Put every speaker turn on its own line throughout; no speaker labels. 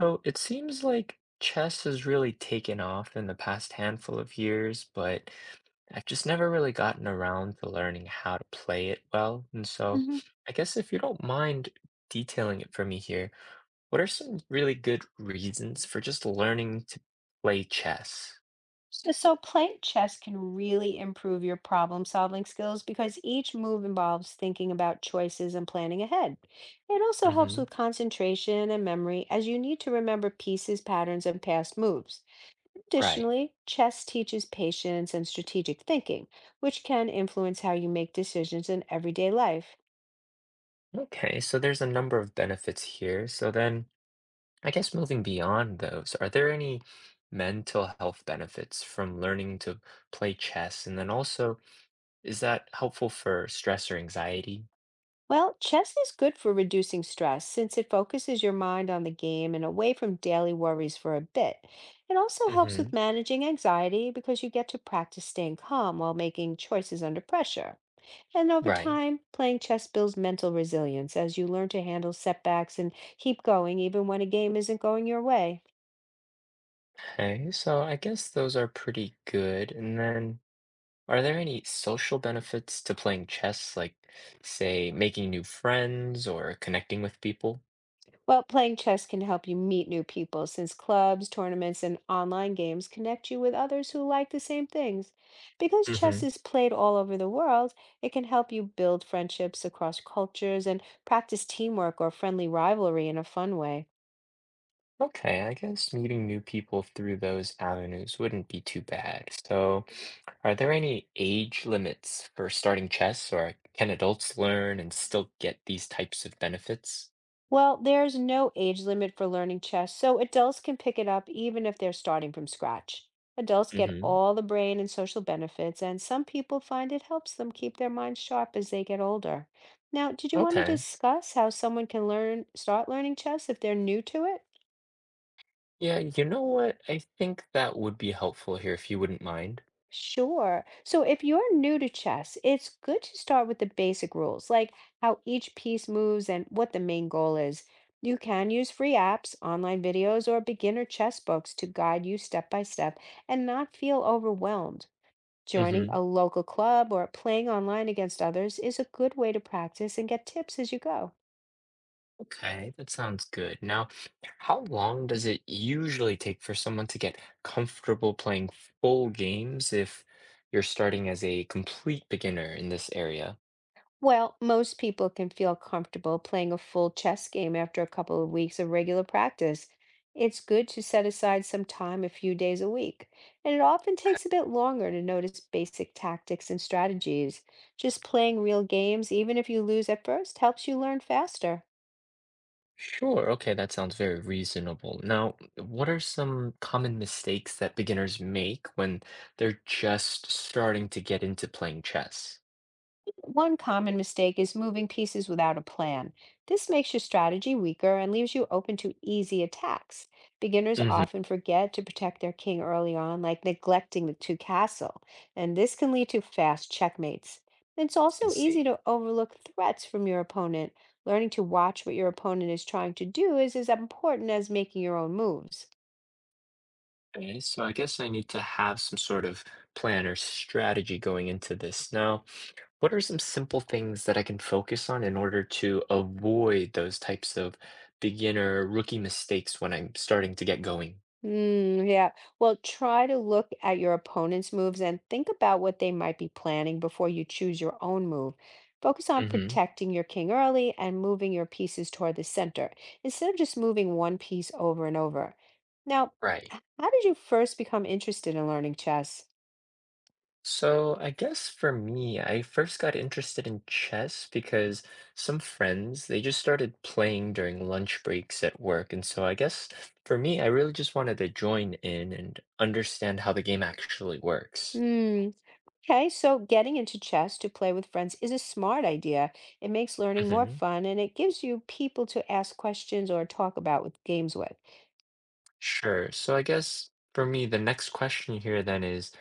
So it seems like chess has really taken off in the past handful of years, but I've just never really gotten around to learning how to play it well. And so
Mhm.
I guess if you don't mind detailing it for me here, what are some really good reasons for just learning to play chess?
So playing chess can really improve your problem-solving skills because each move involves thinking about choices and planning ahead. It also helps
Hmm.
with concentration and memory as you need to remember pieces, patterns, and past moves.
Right.
Additionally, chess teaches patience and strategic thinking, which can influence how you make decisions in everyday life.
Okay, so there's a number of benefits here. So then, I guess moving beyond those, are there any mental health benefits from learning to play chess? And then also, is that helpful for stress or anxiety?
Well, chess is good for reducing stress since it focuses your mind on the game and away from daily worries for a bit. It also helps with
Hmm.
managing anxiety because you get to practice staying calm while making choices under pressure. And over
Right.
time, playing chess builds mental resilience as you learn to handle setbacks and keep going even when a game isn't going your way.
Okay, so I guess those are pretty good. And then, are there any social benefits to playing chess, like, say, making new friends or connecting with people?
Well, playing chess can help you meet new people since clubs, tournaments, and online games connect you with others who like the same things. Because chess
Hmm.
is played all over the world, it can help you build friendships across cultures and practice teamwork or friendly rivalry in a fun way.
Okay, I guess meeting new people through those avenues wouldn't be too bad. So, are there any age limits for starting chess, or can adults learn and still get these types of benefits?
Well, there's no age limit for learning chess, so adults can pick it up even if they're starting from scratch. Adults get
Hmm.
all the brain and social benefits, and some people find it helps them keep their minds sharp as they get older. Now, did you want to
Okay.
discuss how someone can learn, start learning chess if they're new to it?
Yeah, you know what? I think that would be helpful here if you wouldn't mind.
Sure. So if you're new to chess, it's good to start with the basic rules, like how each piece moves and what the main goal is. You can use free apps, online videos, or beginner chess books to guide you step by step and not feel overwhelmed. Joining
Hmm.
a local club or playing online against others is a good way to practice and get tips as you go.
Okay, that sounds good. Now, how long does it usually take for someone to get comfortable playing full games if you're starting as a complete beginner in this area?
Well, most people can feel comfortable playing a full chess game after a couple of weeks of regular practice. It's good to set aside some time a few days a week, and it often takes a bit longer to notice basic tactics and strategies. Just playing real games, even if you lose at first, helps you learn faster.
Sure, okay, that sounds very reasonable. Now, what are some common mistakes that beginners make when they're just starting to get into playing chess?
One common mistake is moving pieces without a plan. This makes your strategy weaker and leaves you open to easy attacks. Beginners
Hmm.
often forget to protect their king early on, like neglecting the two castle, and this can lead to fast checkmates. It's
I
also
see.
easy to overlook threats from your opponent. Learning to watch what your opponent is trying to do is as important as making your own moves.
Okay, so I guess I need to have some sort of plan or strategy going into this. Now, what are some simple things that I can focus on in order to avoid those types of beginner rookie mistakes when I'm starting to get going?
Yeah. Well, try to look at your opponent's moves and think about what they might be planning before you choose your own move. Focus on
Hmm.
protecting your king early and moving your pieces toward the center instead of just moving one piece over and over. Now,
Right.
how did you first become interested in learning chess?
So I guess for me, I first got interested in chess because some friends, they just started playing during lunch breaks at work. And so I guess for me, I really just wanted to join in and understand how the game actually works.
Hmm. Okay, so getting into chess to play with friends is a smart idea. It makes learning more
Hmm.
fun and it gives you people to ask questions or talk about with games with.
Sure. So I guess for me, the next question here then is,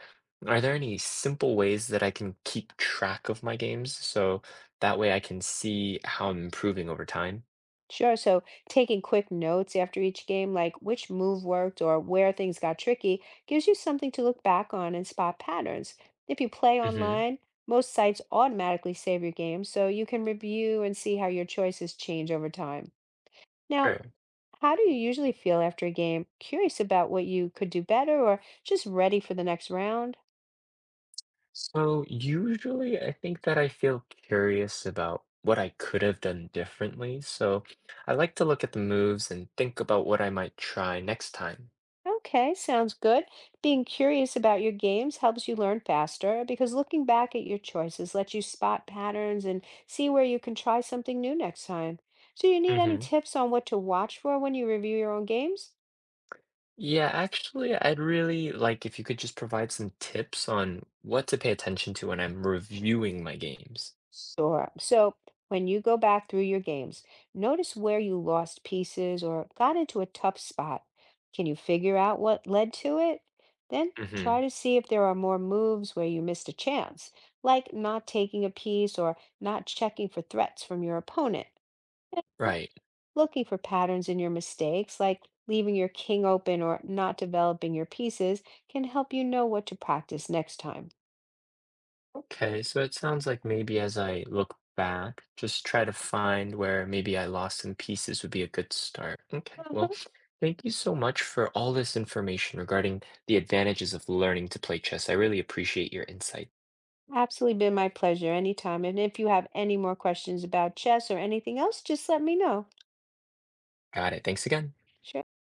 are there any simple ways that I can keep track of my games so that way I can see how I'm improving over time?
Sure. So taking quick notes after each game, like which move worked or where things got tricky, gives you something to look back on and spot patterns. If you play
Hmm.
online, most sites automatically save your game, so you can review and see how your choices change over time. Now,
Sure.
how do you usually feel after a game? Curious about what you could do better or just ready for the next round?
So usually I think that I feel curious about what I could have done differently. So I like to look at the moves and think about what I might try next time.
Okay, sounds good. Being curious about your games helps you learn faster because looking back at your choices lets you spot patterns and see where you can try something new next time. So, you need any tips on what to watch for when you review your own games?
Yeah, actually, I'd really like if you could just provide some tips on what to pay attention to when I'm reviewing my games.
Sure. So when you go back through your games, notice where you lost pieces or got into a tough spot. Can you figure out what led to it? Then
Hmm.
try to see if there are more moves where you missed a chance, like not taking a piece or not checking for threats from your opponent. And
Right.
looking for patterns in your mistakes, like leaving your king open or not developing your pieces, can help you know what to practice next time.
Okay, so it sounds like maybe as I look back, just try to find where maybe I lost some pieces would be a good start. Okay, well, thank you so much for all this information regarding the advantages of learning to play chess. I really appreciate your insight.
Absolutely been my pleasure anytime. And if you have any more questions about chess or anything else, just let me know.
Got it. Thanks again.
Sure.